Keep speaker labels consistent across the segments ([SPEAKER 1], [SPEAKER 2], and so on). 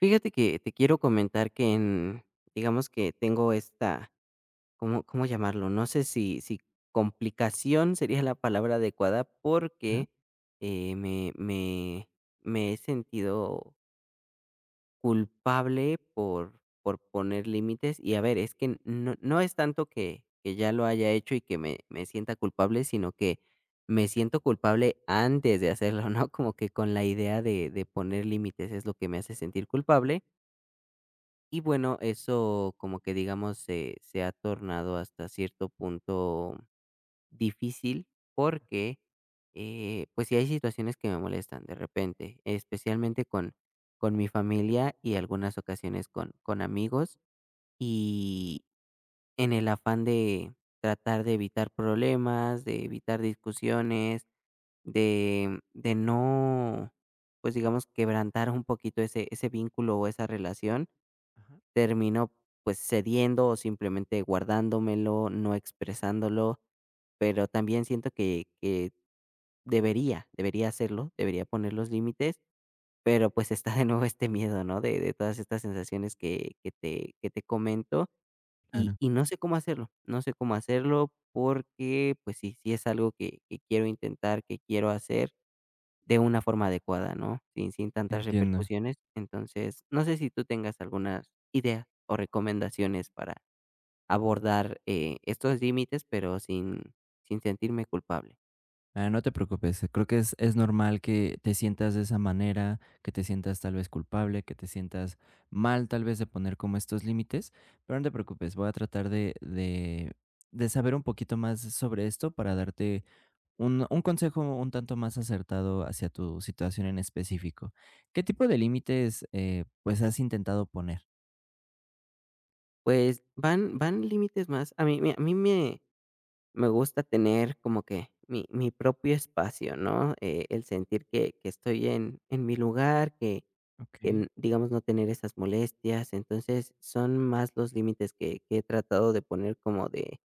[SPEAKER 1] Fíjate que te quiero comentar digamos que tengo ¿cómo llamarlo? No sé si complicación sería la palabra adecuada
[SPEAKER 2] Ajá.
[SPEAKER 1] porque eh, me, me, me he sentido culpable por poner límites. Y a ver, es que no es tanto que ya lo haya hecho y que me sienta culpable, sino que me siento culpable antes de hacerlo, ¿no? Como que con la idea de poner límites es lo que me hace sentir culpable y bueno, eso como que digamos se ha tornado hasta cierto punto difícil porque pues sí hay situaciones que me molestan de repente, especialmente con mi familia y algunas ocasiones con amigos y en el afán de tratar de evitar problemas, de evitar discusiones, de no, pues digamos, quebrantar un poquito ese vínculo o esa relación
[SPEAKER 2] Ajá.
[SPEAKER 1] termino pues, cediendo o simplemente guardándomelo, no expresándolo, pero también siento que debería, debería hacerlo, debería poner los límites, pero, pues, está de nuevo este miedo, ¿no? De todas estas sensaciones que te comento, y
[SPEAKER 2] Claro,
[SPEAKER 1] no sé cómo hacerlo, no sé cómo hacerlo porque, pues sí, sí es algo que quiero intentar, que quiero hacer, de una forma adecuada, ¿no? Sin tantas
[SPEAKER 2] entiendo.
[SPEAKER 1] repercusiones. Entonces, no sé si tú tengas algunas ideas o recomendaciones para abordar, estos límites, pero sin sentirme culpable.
[SPEAKER 2] Ah, no te preocupes, creo que es normal que te sientas de esa manera, que te sientas tal vez culpable, que te sientas mal tal vez de poner como estos límites, pero no te preocupes, voy a tratar de saber un poquito más sobre esto para darte un consejo un tanto más acertado hacia tu situación en específico. ¿Qué tipo de límites pues has intentado poner?
[SPEAKER 1] Pues, van límites más a mí me gusta tener como que mi propio espacio, ¿no? El sentir que estoy en mi lugar, que
[SPEAKER 2] Ok.
[SPEAKER 1] en digamos, no tener esas molestias. Entonces, son más los límites que he tratado de poner como de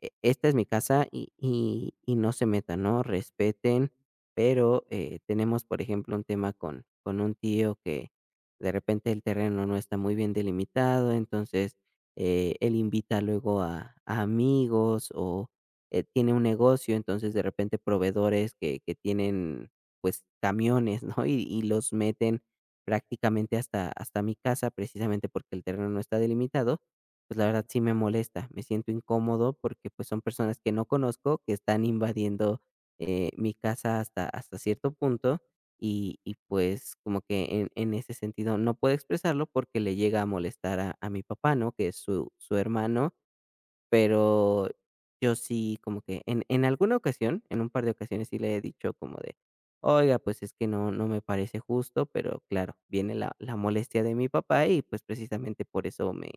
[SPEAKER 1] e- esta es mi casa y y no se metan, ¿no? Respeten, pero tenemos, por ejemplo, un tema con un tío que de repente el terreno no está muy bien delimitado, entonces él invita luego a amigos o tiene un negocio, entonces de repente proveedores que tienen pues camiones, ¿no? Y los meten prácticamente hasta mi casa precisamente porque el terreno no está delimitado pues, la verdad sí me molesta. Me siento incómodo porque, pues, son personas que no conozco, que están invadiendo, mi casa hasta cierto punto, y, pues, como que en ese sentido no puedo expresarlo porque le llega a molestar a mi papá, ¿no?, que es su hermano, pero yo sí como que en alguna ocasión, en un par de ocasiones sí le he dicho como de: "Oiga, pues, es que no me parece justo", pero claro, viene la molestia de mi papá y, pues, precisamente por eso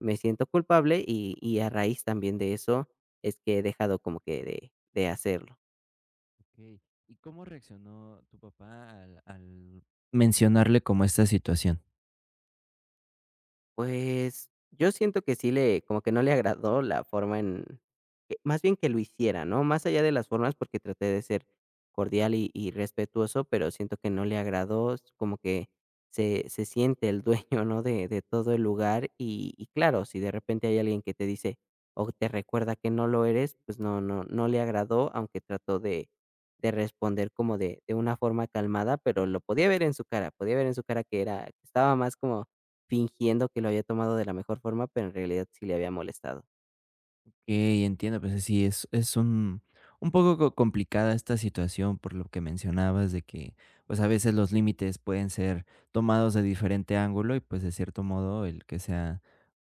[SPEAKER 1] me siento culpable y a raíz también de eso es que he dejado como que de hacerlo.
[SPEAKER 2] Okey, ¿y cómo reaccionó tu papá al mencionarle como esta situación?
[SPEAKER 1] Pues, yo siento que sí le como que no le agradó la forma en que más bien que lo hiciera, ¿no? Más allá de las formas, porque traté de ser cordial y respetuoso, pero siento que no le agradó, s como que se siente el dueño, ¿no?, de todo el lugar y claro, si de repente hay alguien que te dice o te recuerda que no lo eres, pues no no le agradó, aunque trató de responder como de una forma calmada, pero lo podía ver en su cara, podía ver en su cara que era que estaba más como fingiendo que lo había tomado de la mejor forma, pero en realidad sí le había molestado.
[SPEAKER 2] Okey, entiendo, pues, sí, es un poco co complicada esta situación por lo que mencionabas de que, pues, a veces los límites pueden ser tomados de diferente ángulo y, pues, de cierto modo, el que sea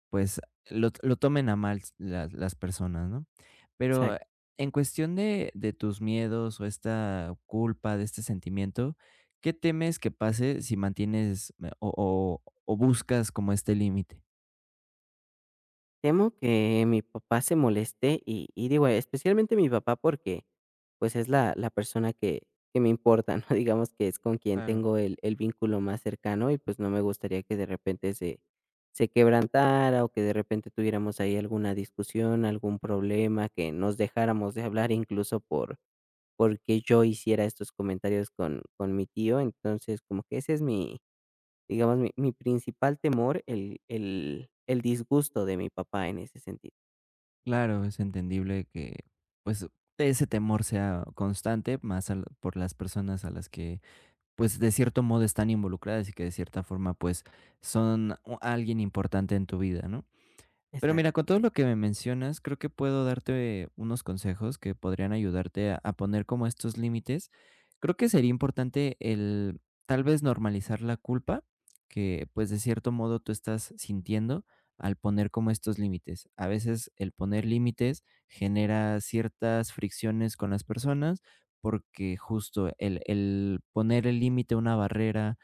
[SPEAKER 2] pues, lo tomen a mal las personas, ¿no? Pero
[SPEAKER 1] Exacto.
[SPEAKER 2] en cuestión de tus miedos o esta culpa, de este sentimiento, ¿qué temes que pase si mantienes o buscas como este límite?
[SPEAKER 1] Temo que mi papá se moleste y digo, especialmente mi papá porque pues es la persona que me importa, ¿no? Digamos que es con quien
[SPEAKER 2] Claro.
[SPEAKER 1] tengo el vínculo más cercano y pues no me gustaría que de repente se quebrantara o que de repente tuviéramos ahí alguna discusión, algún problema, que nos dejáramos de hablar incluso porque yo hiciera estos comentarios con mi tío. Entonces, como que ese es mi, digamos, mi principal temor, el disgusto de mi papá en ese sentido.
[SPEAKER 2] Claro, es entendible que, pues, ese temor sea constante, más al por las personas a las que, pues, de cierto modo están involucradas y que de cierta forma, pues, son o alguien importante en tu vida, ¿no? Pero
[SPEAKER 1] Exacto.
[SPEAKER 2] mira, con todo lo que me mencionas, creo que puedo darte unos consejos que podrían ayudarte a poner como estos límites. Creo que sería importante el tal vez normalizar la culpa que pues de cierto modo tú estás sintiendo al poner como estos límites. A veces el poner límites genera ciertas fricciones con las personas porque justo el poner el límite, una barrera,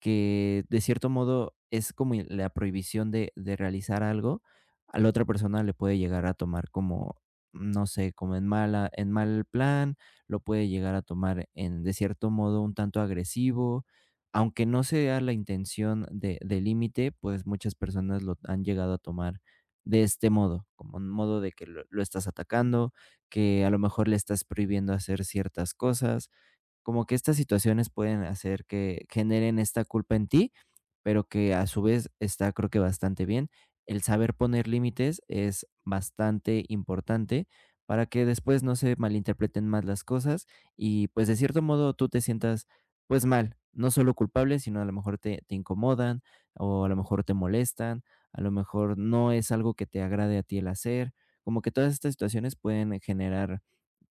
[SPEAKER 2] que de cierto modo es como y la prohibición de realizar algo, a la otra persona le puede llegar a tomar como, no sé, como en mala en mal plan, lo puede llegar a tomar en de cierto modo un tanto agresivo, aunque no sea la intención de límite, pues muchas personas lo han llegado a tomar de este modo, como un modo de que lo estás atacando, que a lo mejor le estás prohibiendo hacer ciertas cosas. Como que estas situaciones pueden hacer que generen esta culpa en ti, pero que a su vez está creo que bastante bien. El saber poner límites es bastante importante para que después no se malinterpreten más las cosas y pues de cierto modo tú te sientas pues mal, no solo culpable, sino a lo mejor te incomodan o a lo mejor te molestan, a lo mejor no es algo que te agrade a ti el hacer, como que todas estas situaciones pueden generar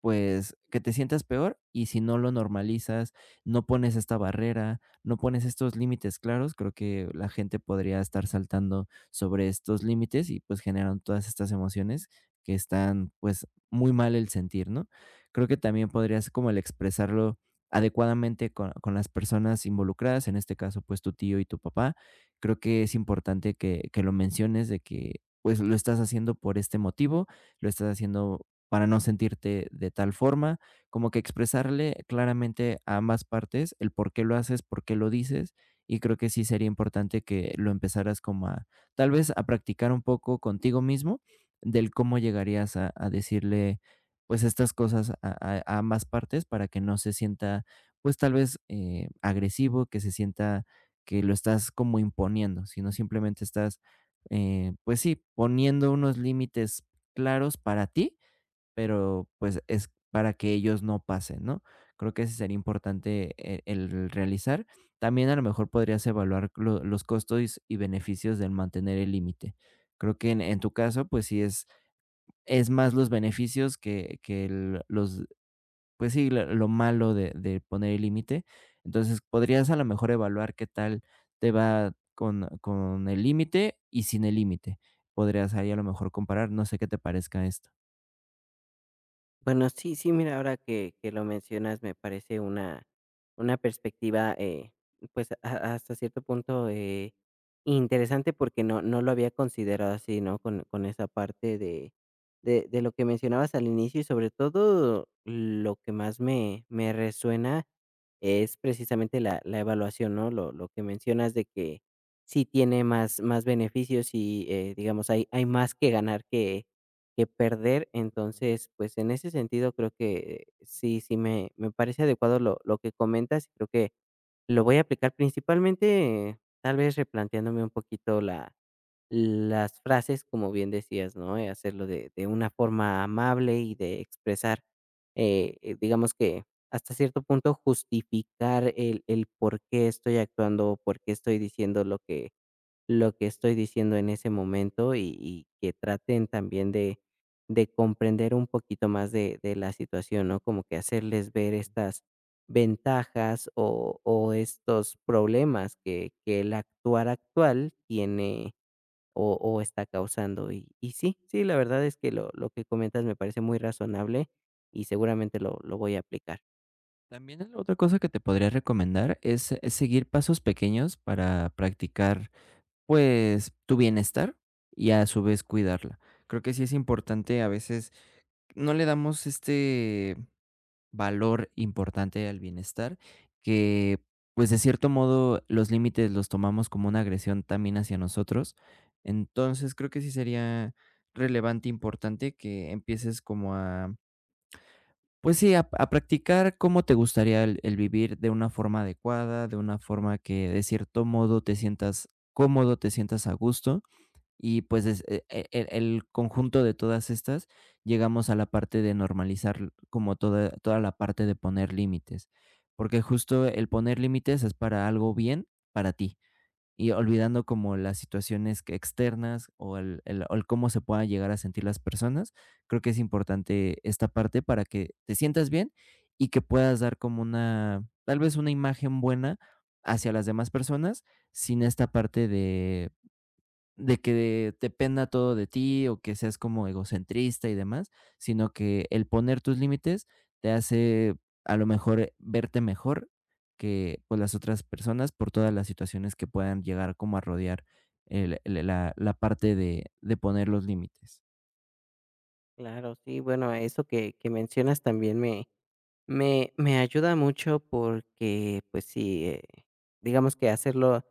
[SPEAKER 2] pues, que te sientas peor y si no lo normalizas, no pones esta barrera, no pones estos límites claros, creo que la gente podría estar saltando sobre estos límites y pues generan todas estas emociones que están pues muy mal el sentir, ¿no? Creo que también podrías como el expresarlo adecuadamente con las personas involucradas, en este caso pues tu tío y tu papá, creo que es importante que lo menciones de que pues lo estás haciendo por este motivo, lo estás haciendo para no sentirte de tal forma, como que expresarle claramente a ambas partes el por qué lo haces, por qué lo dices, y creo que sí sería importante que lo empezaras tal vez a practicar un poco contigo mismo del cómo llegarías a decirle pues estas cosas a ambas partes para que no se sienta pues tal vez agresivo, que se sienta que lo estás como imponiendo, sino simplemente estás pues sí, poniendo unos límites claros para ti pero, pues, es para que ellos no pasen, ¿no? Creo que ese sería importante el realizar. También, a lo mejor, podrías evaluar lo los costos y beneficios del mantener el límite. Creo que en tu caso, pues, sí es más los beneficios que el los pues sí, lo malo de poner el límite. Entonces, podrías, a lo mejor, evaluar qué tal te va con el límite y sin el límite. Podrías ahí, a lo mejor, comparar, no sé qué te parezca esto.
[SPEAKER 1] Bueno, sí, sí, mira, ahora que lo mencionas, me parece una perspectiva, pues a- hasta cierto punto interesante porque no lo había considerado así, ¿no? Con esa parte de lo que mencionabas al inicio y sobre todo lo que más me resuena es precisamente la evaluación, ¿no? Lo que mencionas de que sí tiene más beneficios y, digamos, hay más que ganar que perder. Entonces, pues, en ese sentido creo que sí, sí me parece adecuado lo que comentas, creo que lo voy a aplicar principalmente, tal vez replanteándome un poquito la las frases, como bien decías, ¿no? Hacerlo de una forma amable y de expresar, digamos que hasta cierto punto justificar el por qué estoy actuando, por qué estoy diciendo lo que estoy diciendo en ese momento y que traten también de comprender un poquito más de la situación, ¿no? Como que hacerles ver estas ventajas o estos problemas que el actuar actual tiene o está causando. Y sí, sí, la verdad es que lo que comentas me parece muy razonable y seguramente lo voy a aplicar.
[SPEAKER 2] También la otra cosa que te podría recomendar es, seguir pasos pequeños para practicar, pues, tu bienestar y a su vez cuidarla. Creo que sí es importante, a veces no le damos este valor importante al bienestar, que, pues, de cierto modo los límites los tomamos como una agresión también hacia nosotros. Entonces, creo que sí sería relevante, importante que empieces como a pues sí, a practicar cómo te gustaría el vivir de una forma adecuada, de una forma que de cierto modo te sientas cómodo, te sientas a gusto y pues es el conjunto de todas estas, llegamos a la parte de normalizar como toda la parte de poner límites, porque justo el poner límites es para algo bien para ti y olvidando como las situaciones que externas o el cómo se puedan llegar a sentir las personas. Creo que es importante esta parte para que te sientas bien y que puedas dar como una, tal vez, una imagen buena hacia las demás personas sin esta parte de que dependa todo de ti o que seas como egocentrista y demás, sino que el poner tus límites te hace a lo mejor verte mejor que, pues, las otras personas por todas las situaciones que puedan llegar como a rodear el la la parte de poner los límites.
[SPEAKER 1] Claro, sí, bueno, eso que mencionas también me ayuda mucho porque, pues sí, digamos que hacerlo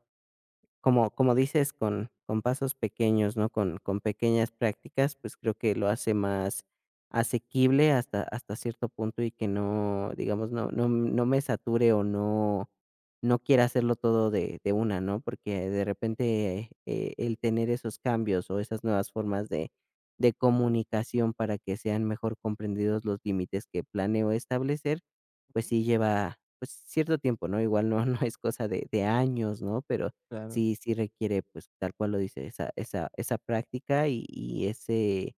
[SPEAKER 1] como dices, con pasos pequeños, ¿no? Con pequeñas prácticas, pues, creo que lo hace más asequible hasta cierto punto y que no, digamos, no me sature o no quiera hacerlo todo de una, ¿no? Porque de repente, el tener esos cambios o esas nuevas formas de comunicación para que sean mejor comprendidos los límites que planeo establecer, pues
[SPEAKER 2] Ujú,
[SPEAKER 1] sí lleva, pues, cierto tiempo, ¿no? Igual no no es cosa de años, ¿no? Pero
[SPEAKER 2] claro.
[SPEAKER 1] sí, sí requiere, pues, tal cual lo dice, esa esa práctica y ese,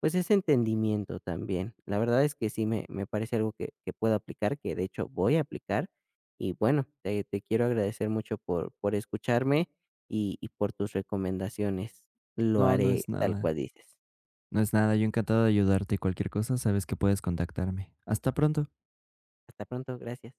[SPEAKER 1] pues, ese entendimiento también. La verdad es que sí me parece algo que puedo aplicar, que de hecho voy a aplicar. Y bueno, te quiero agradecer mucho por escucharme y por tus recomendaciones. Lo
[SPEAKER 2] No, no
[SPEAKER 1] haré
[SPEAKER 2] es
[SPEAKER 1] tal
[SPEAKER 2] nada,
[SPEAKER 1] cual dices.
[SPEAKER 2] no es nada. Yo encantado de ayudarte. Y cualquier cosa, sabes que puedes contactarme. Hasta pronto.
[SPEAKER 1] Hasta pronto, gracias.